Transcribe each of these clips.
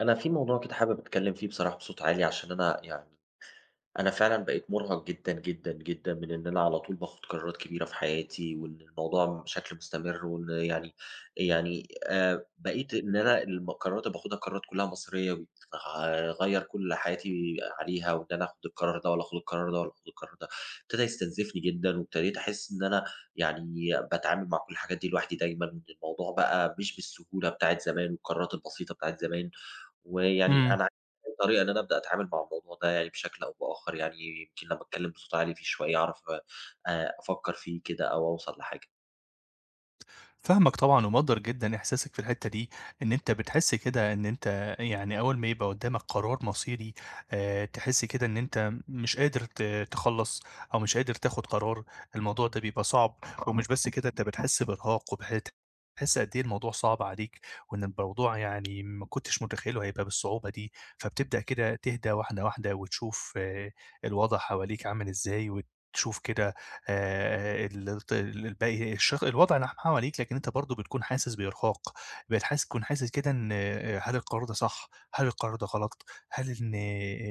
أنا في موضوع كده حابب أتكلم فيه بصراحة بصوت عالي، عشان أنا أنا فعلًا بقيت مرهق جدًا، جدًا، جدًا من إن أنا على طول باخد قرارات كبيرة في حياتي، وإن الموضوع بشكل مستمر، وإن بقيت إن أنا القرارات اللي باخدها قرارات كلها مصيرية، وبتغيّر كل حياتي عليها، وإن أنا آخد القرار ده والّا آخد القرار ده والّا آخد القرار ده، ابتدى يستنزفني جدًا، وابتديت أحس إن أنا باتعامل مع كل الحاجات دي لوحدي دايمًا، وإن الموضوع بقى مش بالسهولة بتاعة زمان والقرارات البسيطة بتاعة زمان. ويعني إمم، أي طريقة إن أنا أبدأ أتعامل مع الموضوع ده يعني بشكل أو بآخر، يمكن لمّا أتكلم بصوت عالي فيه شوية أعرف أفكّر فيه كده أو أوصل لحاجة. فاهمك طبعًا ومقدّر جدًا إحساسك في الحتّة دي، إن أنت بتحس كده إن أنت يعني أول ما يبقى قدّامك قرار مصيري، تحس كده إن أنت مش قادر تخلّص أو مش قادر تاخد قرار، الموضوع ده بيبقى صعب، ومش بس كده أنت بتحس بإرهاق وبت تحس قد إيه الموضوع صعب عليك، وإن الموضوع يعني ما كنتش متخيّله هيبقى بالصعوبة دي، فبتبدأ كده تهدى واحدة واحدة وتشوف اه الوضع حواليك عامل إزاي، وتشوف كده ال ت الباقي الشخ الوضع اللي حواليك، لكن أنت برضه بتكون حاسس بإرهاق، بقيت حاسس تكون حاسس كده إن آه، هل القرار ده صح، هل القرار ده غلط، هل إن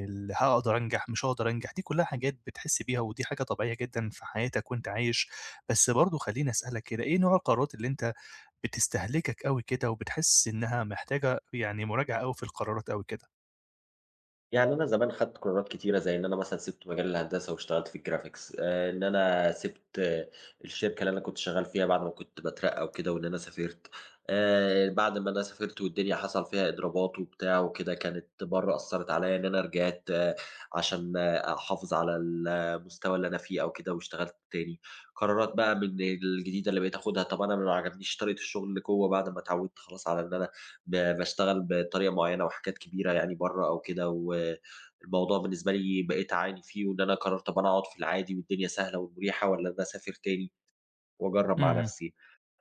ال هاقدر أنجح، مش هاقدر أنجح، دي كلها حاجات بتحس بيها ودي حاجة طبيعية جدًا في حياتك وأنت عايش. بس برضه خلّيني أسألك كده، إيه نوع القرارات اللي أنت بتستهلكك أوي كده وبتحس إنها محتاجة يعني مراجعة أوي في القرارات أوي كده؟ يعني أنا زمان خدت قرارات كتيرة، زي إن أنا مثلًا سِبت مجال الهندسة واشتغلت في الgraphics، إن أنا سِبت الشركة اللي أنا كنت شغّال فيها بعد ما كنت باترقّى وكده وإن أنا سافرت، بعد ما أنا سافرت والدنيا حصل فيها إضرابات وبتاع وكده، كانت برّه أثّرت عليّا إن أنا رجعت عشان أحافظ على المستوى اللي أنا فيه أو كده واشتغلت تاني، قرارات بقى من الجديدة اللي بقيت آخُدها، طَب أنا ما عجبنيش طريقة الشغل اللي جوّه بعد ما اتعوّدت خلاص على إن أنا باشتغل بطريقة معيّنة وحاجات كبيرة يعني برّه أو كده، والموضوع بالنسبة لي بقيت أعاني فيه، وإن أنا قررت طَب أنا أقعد في العادي والدنيا سهلة ومريحة والّا أنا أسافر تاني وأجرّب مع إمم. نفسي.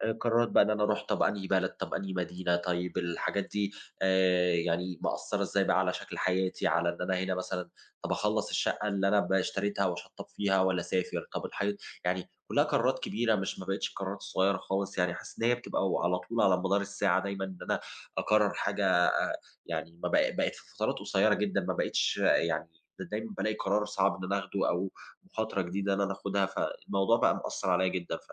قرارات بقى إن أنا أروح طَب أنهي بلد، طَب أنهي مدينة، طيب الحاجات دي مأثّرة إزاي بقى على شكل حياتي، على إن أنا هنا مثلًا طَب أخلّص الشقة اللي أنا اشتريتها وأشطّب فيها والّا أسافر، طَب الحي يعني كُلّها قرارات كبيرة مش ما بقِتش القرارات الصغيّرة خالص، يعني حاسس إن هي بتبقى وعلى طول على مدار الساعة دايمًا إن أنا أقرّر حاجة يعني ما بق بقِت في فترات قصيّرة جدًا، ما بقِتش يعني دايمًا بالاقي قرار صعب إن أنا آخده أو مخاطرة جديدة إن أنا آخُدها، فالموضوع بقى مأثّر عليّا جدًا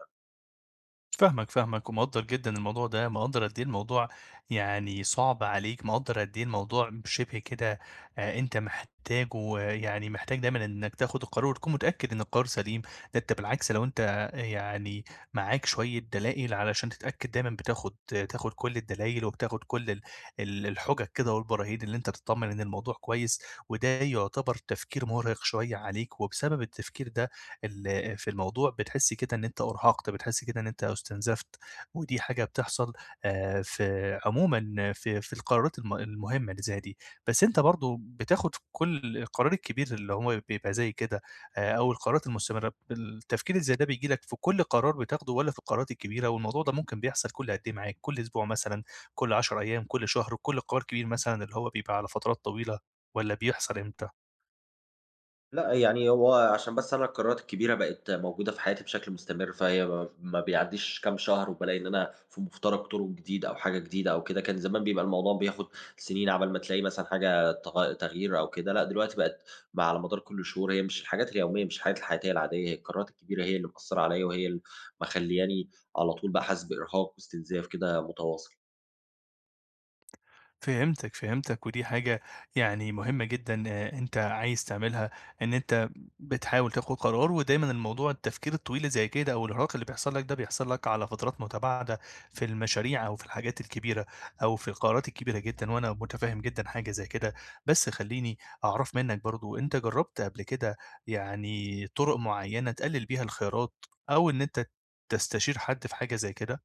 فاهمك، ومقدّر جدًا الموضوع ده، مقدّر قد إيه الموضوع يعني صعب عليك، مقدّر قد إيه الموضوع شِبه كده أنت محتاجه، آه، يعني محتاج دايمًا إنك تاخد القرار وتكون متأكد إن القرار سليم، ده أنت بالعكس لو أنت آه، يعني معاك شوية دلائل علشان تتأكد دايمًا بتاخد آه، تاخد كل الدلايل وبتاخد كل ال ال الحُجج كده والبراهين اللي أنت تطمّن إن الموضوع كويس، وده يعتبر تفكير مُرهق شوية عليك، وبسبب التفكير ده في الموضوع بتحس كده إن أنت أُرهقت، بتحس كده إن أنت استنزفت، ودي حاجة بتحصل في عمومًا في القرارات المهمة اللي زي دي، بس أنت برضه بتاخد كل القرار الكبير اللي هو بيبقى زي كده أو القرارات المستمرة، التفكير اللي زي ده بييجي لك في كل قرار بتاخده والّا في القرارات الكبيرة؟ والموضوع ده ممكن بيحصل كل قد إيه معاك، كل أسبوع مثلًا، كل 10 أيام، كل شهر، كل قرار كبير مثلًا اللي هو بيبقى على فترات طويلة والّا بيحصل إمتى؟ لأ، يعني هو عشان بس أنا القرارات الكبيرة بقت موجودة في حياتي بشكل مستمر، فهي ما بيعدّيش كام شهر وبالاقي إن أنا في مفترق طرق جديد أو حاجة جديدة أو كده، كان زمان بيبقى الموضوع بياخد سنين عَبَل ما تلاقي مثلًا حاجة تغيير أو كده، لأ دلوقتي بقت مع على مدار كل شهور، هي مش الحاجات اليومية، مش الحاجات الحياتية العادية، هي القرارات الكبيرة هي اللي مأثّرة عليَّ وهي اللي مخلّياني على طول بقى حاسس بإرهاق واستنزاف كده متواصل. فهمتك، ودي حاجة يعني مهمة جدًا أنت عايز تعملها، إن أنت بتحاول تاخد قرار، ودايمًا الموضوع التفكير الطويل اللي زي كده أو الإرهاق اللي بيحصل لك ده بيحصل لك على فترات متباعدة في المشاريع أو في الحاجات الكبيرة أو في القرارات الكبيرة جدًا، وأنا متفهم جدًا حاجة زي كده. بس خلّيني أعرف منك برضه أنت جرّبت قبل كده يعني طرق معيّنة تقلل بيها الخيارات أو إن أنت تستشير حد في حاجة زي كده؟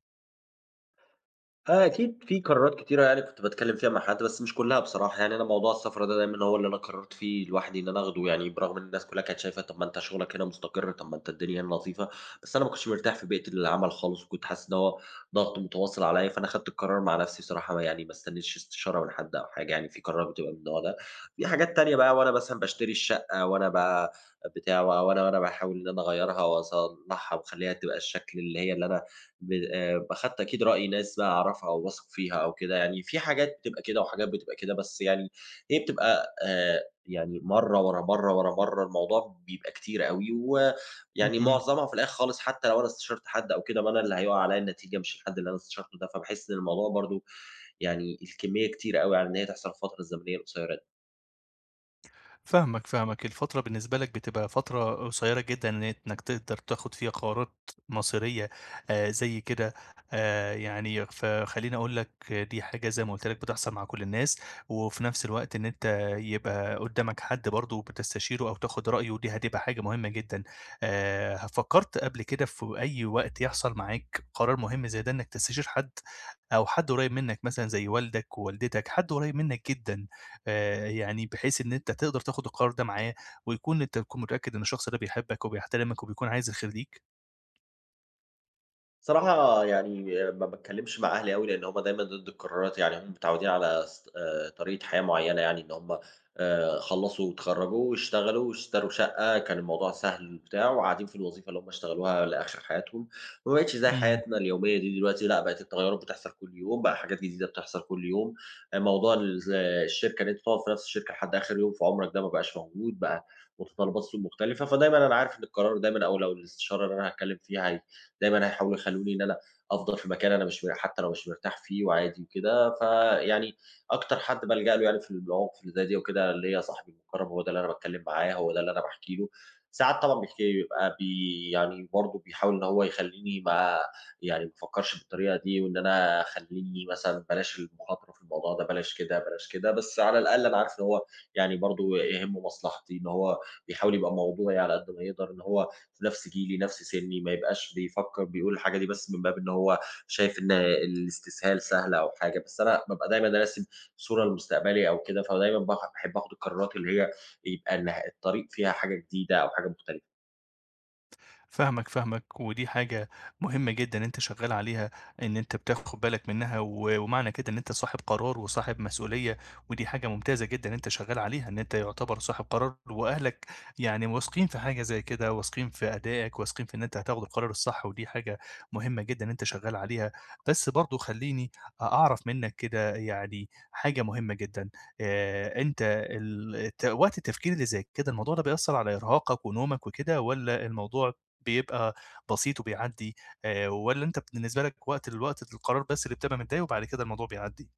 آه، أكيد في قرارات كتيرة يعني كنت باتكلّم فيها مع حد، بس مش كلّها بصراحة، يعني أنا موضوع السفر ده دايمًا هو اللي أنا قرّرت فيه لوحدي إن أنا آخده، يعني برغم إن الناس كلّها كانت شايفة طَب ما أنت شغلك هنا مستقر، طَب ما أنت الدنيا هنا لطيفة، بس أنا ما كنتش مرتاح في بيئة العمل خالص، وكنت حاسس إن هو ضغط متواصل عليَّ، فأنا خدت القرار مع نفسي بصراحة، ما يعني ما استنيتش استشارة من حد أو حاجة يعني، في قرارات بتبقى من النوع ده، في حاجات تانية بقى وأنا مثلًا باشتري الشقة وأنا ب بتاع و وأنا وأنا باحاول إن أنا أغيّرها وأصلّحها وأخلّيها تبقى الشكل اللي هي اللي أنا ب أخدت أكيد رأي ناس بقى أعرفها أو واثق فيها أو كده، يعني في حاجات بتبقى كده وحاجات بتبقى كده، بس يعني هي بتبقى يعني مرّة ورا مرّة ورا مرّة، الموضوع بيبقى كتير أوي، ويعني اهم. معظمها في الآخر خالص حتى لو أنا استشرت حد أو كده، ما أنا اللي هيقع عليّا النتيجة مش الحد اللي أنا استشرته ده، فباحس إن الموضوع برضه الكمية كتيرة أوي على إن هي تحصل في الفترة الزمنية القصيرة دي. فاهمك. الفترة بالنسبة لك بتبقى فترة قصيّرة جدًا إن إنك تقدر تاخُد فيها قرارات مصيرية زي كده، يعني فخلّيني أقول لك دي حاجة زي ما قُلت لك بتحصل مع كل الناس، وفي نفس الوقت إن أنت يبقى قُدّامك حد برضه بتستشيره أو تاخُد رأيه دي هتبقى حاجة مهمة جدًا. ه فكّرت قبل كده في أي وقت يحصل معاك قرار مهم زي ده إنك تستشير حد أو حد قريّب منّك مثلًا زي والدك، ووالدتك، حد قريّب منّك جدًا؟ يعني بحيث إن أنت تقدر تاخد القرار ده معاه، ويكون أنت تكون متأكد إن الشخص ده بيحبك وبيحترمك وبيكون عايز الخير ليك. صراحة يعني ما باتكلّمش مع أهلي أوي، لإن هُم دايمًا ضد القرارات، يعني هُم متعوّدين على س طريقة حياة معيّنة يعني إن هُم خلّصوا واتخرّجوا واشتغلوا واشتروا شقة، كان الموضوع سهل وبتاع وقاعدين في الوظيفة اللي هُم اشتغلوها لآخِر حياتهم، وما بقِتش زي إمم. حياتنا اليومية دي دلوقتي لأ، بقِت التغيُّرات بتحصل كل يوم، بقى حاجات جديدة بتحصل كل يوم، موضوع الشركة إن أنت تقعُد في نَفْس الشركة لحد آخِر يوم في عُمرك ده ما بقاش موجود، بقى متطلّبات السوق مختلفة، فدايمًا أنا عارف إن القرار دايمًا أو لو الاستشارة اللي أنا هاتكلّم فيها هي دايمًا هيحاولوا يخلّوني إن أنا أفضل في مكان أنا مش مر حتى لو مش مرتاح فيه وعادي وكده، فيعني أكتر حد بالجأ له يعني في المواقف اللي زي دي وكده ليّا صاحبي المُقرّب، هو ده اللي أنا باتكلّم معاه، هو ده اللي أنا باحكي له. ساعات طبعًا بيحكي لي، بيبقى يعني برضه بيحاول إن هو يخلّيني ما يعني ما أفكّرش بالطريقة دي وإن أنا خلّيني مثلًا بلاش المخاطرة في الموضوع ده، بلاش كده، بلاش كده، بس على الأقل أنا عارف إن هو يعني برضه يهمّه مصلحتي، إن هو بيحاول يبقى موضوعي على قد ما يقدر، إن هو في نفس جيلي، نفس سني، ما يبقاش بيفكّر بيقول الحاجة دي بس من باب إن هو شايف إن الاستسهال سهل أو حاجة، بس أنا بابقى دايمًا راسم صورة لمستقبلي أو كده، فدايمًا باحب آخُد القرارات اللي هي يبقى الطريق فيها حاجة جديدة أو حاجة مختلفة. فاهمك، ودي حاجة مهمة جدًا أنت شغّال عليها، إن أنت بتاخد بالك منها، و ومعنى كده إن أنت صاحب قرار وصاحب مسؤولية، ودي حاجة ممتازة جدًا أنت شغّال عليها، إن أنت يعتبر صاحب قرار، وأهلك يعني واثقين في حاجة زي كده، واثقين في أدائك، واثقين في إن أنت هتاخد القرار الصح، ودي حاجة مهمة جدًا أنت شغّال عليها. بس برضه خلّيني أعرف منّك كده يعني حاجة مهمة جدًا، أنت ال الت وقت التفكير اللي زي كده الموضوع ده بيأثّر على إرهاقك ونومك وكده، والّا الموضوع بيبقى بسيط وبيعدّي، والّا أنت بالنسبة لك وقت القرار بس اللي بتبقى متضايق وبعد كده الموضوع بيعدّي؟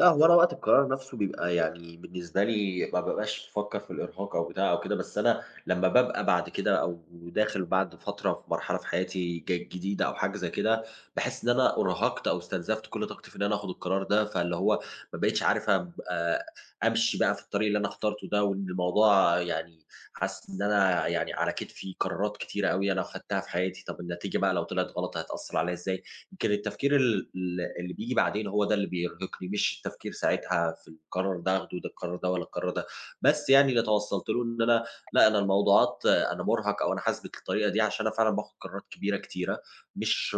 لأ، هو أنا وقت القرار نَفْسه بيبقى يعني بالنسبة لي ما بابقاش بافكّر في الإرهاق أو بتاع أو كده، بس أنا لمّا بابقى بعد كده أو داخل بعد فترة في مرحلة في حياتي جديدة أو حاجة زي كده، باحس إن أنا أُرهقت أو استنزفت كل طاقتي في إن أنا آخُد القرار ده، فاللي هو ما بقيتش عارف أبقى أمشي بقى في الطريق اللي أنا اخترته ده، وإن الموضوع يعني حاسس إن أنا يعني على كتفي قرارات كتيرة أوي أنا خدتها في حياتي، طَب النتيجة بقى لو طلعت غلط هتأثّر عليّا إزاي؟ يمكن التفكير ال ال اللي بييجي بعدين هو ده اللي بيرهقني، مش التفكير ساعتها في القرار ده آخده، ده القرار ده والّا القرار ده، بس يعني اللي توصلت له إن أنا لأ، أنا الموضوعات أنا مُرهق أو أنا حاسس بالطريقة دي عشان أنا فعلًا باخد قرارات كبيرة كتيرة، مش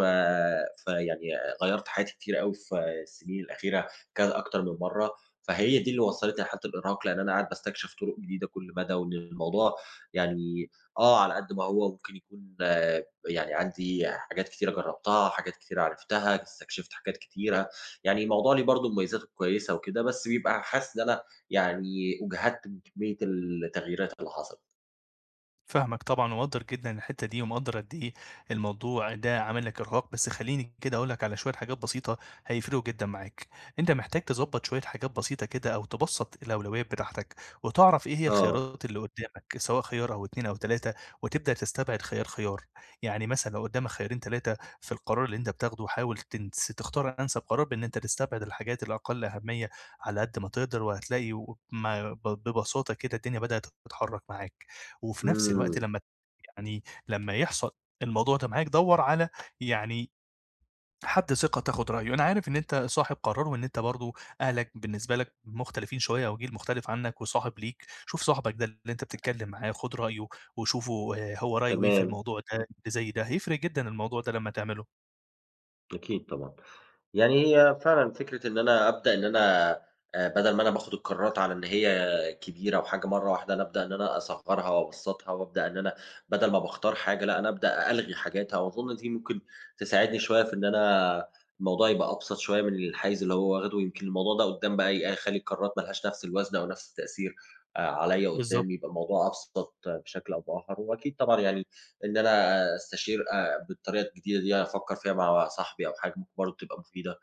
فيعني غيّرت حياتي كتير أوي في السنين الأخيرة كذا أكتر من مرّة، فهي دي اللي وصّلتني لحالة الإرهاق، لإن أنا قاعد باستكشف طرق جديدة كل مدى، وإن الموضوع يعني آه، على قد ما هو ممكن يكون يعني عندي حاجات كتيرة جرّبتها، حاجات كتيرة عرفتها، استكشفت حاجات كتيرة، يعني الموضوع ليه برضه مميزاته كويسة وكده، بس بيبقى حاسس إن أنا يعني أُجهدت بكمية التغييرات اللي حصلت. فاهمك طبعًا ومقدّر جدًا الحتّة دي، ومقدّر قد إيه الموضوع ده عامل لك إرهاق. بس خلّيني كده أقول لك على شوية حاجات بسيطة هيفرقوا جدًا معاك. أنت محتاج تضبّط شوية حاجات بسيطة كده أو تبسّط الأولويات بتاعتك، وتعرف إيه هي آه، الخيارات اللي قدّامك، سواء خيار أو 2 أو 3، وتبدأ تستبعد خيار، خيار. يعني مثلًا لو قدّامك خيارين، 3 في القرار اللي أنت بتاخده حاول تنس تختار أنسب قرار بإن أنت تستبعد الحاجات الأقل أهمية على قد ما تقدر، وهتلاقي وب ما ب ببساطة كده الدنيا بدأت تتحرّك معاك. وفي نفس الوقت إمم، لمّا لمّا يحصل الموضوع ده معاك دَوّر على يعني حد ثقة تاخد رأيه، أنا عارف إن أنت صاحب قرار وإن أنت برضه أهلك بالنسبة لك مختلفين شوية أو جيل مختلف عنك وصاحب ليك، شوف صاحبك ده اللي أنت بتتكلم معاه خُد رأيه وشوفه هو رأيه إيه في تمام، الموضوع ده اللي زي ده، هيفرق جدًا الموضوع ده لمّا تعمله. أكيد طبعًا. يعني هي فعلًا فكرة إن أنا أبدأ إن أنا بدل ما أنا باخد القرارات على إن هي كبيرة وحاجة مرّة واحدة، أنا أبدأ إن أنا أصغّرها وأبسّطها وأبدأ إن أنا بدل ما باختار حاجة، لأ أنا أبدأ ألغي حاجات، أظن دي ممكن تساعدني شوية في إن أنا الموضوع يبقى أبسط شوية من الحيز اللي هو واخده، يمكن الموضوع ده قدّام بقى يخلّي القرارات ما لهاش نفس الوزن أو نفس التأثير عليّا بالضبط. قدّام، يبقى الموضوع أبسط بشكل أو بآخر، وأكيد طبعًا يعني إن أنا أستشير بالطريقة الجديدة دي أفكّر فيها مع صاحبي أو حاجة ممكن برضه تبقى مفيدة.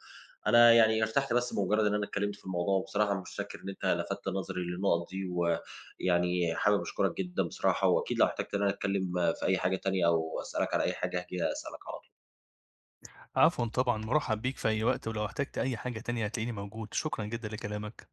أنا يعني ارتحت بس بمجرد إن أنا اتكلمت في الموضوع، وبصراحة أنا متشكر إن أنت لفتت نظري للنقط دي، ويعني حابب أشكرك جدًا بصراحة، وأكيد لو احتجت إن أنا أتكلم في أي حاجة تانية أو أسألك على أي حاجة هاجي أسألك على طول. عفوًا طبعًا، مُرحّب بيك في أي وقت ولو احتجت أي حاجة تانية هتلاقيني موجود، شكرًا جدًا لكلامك.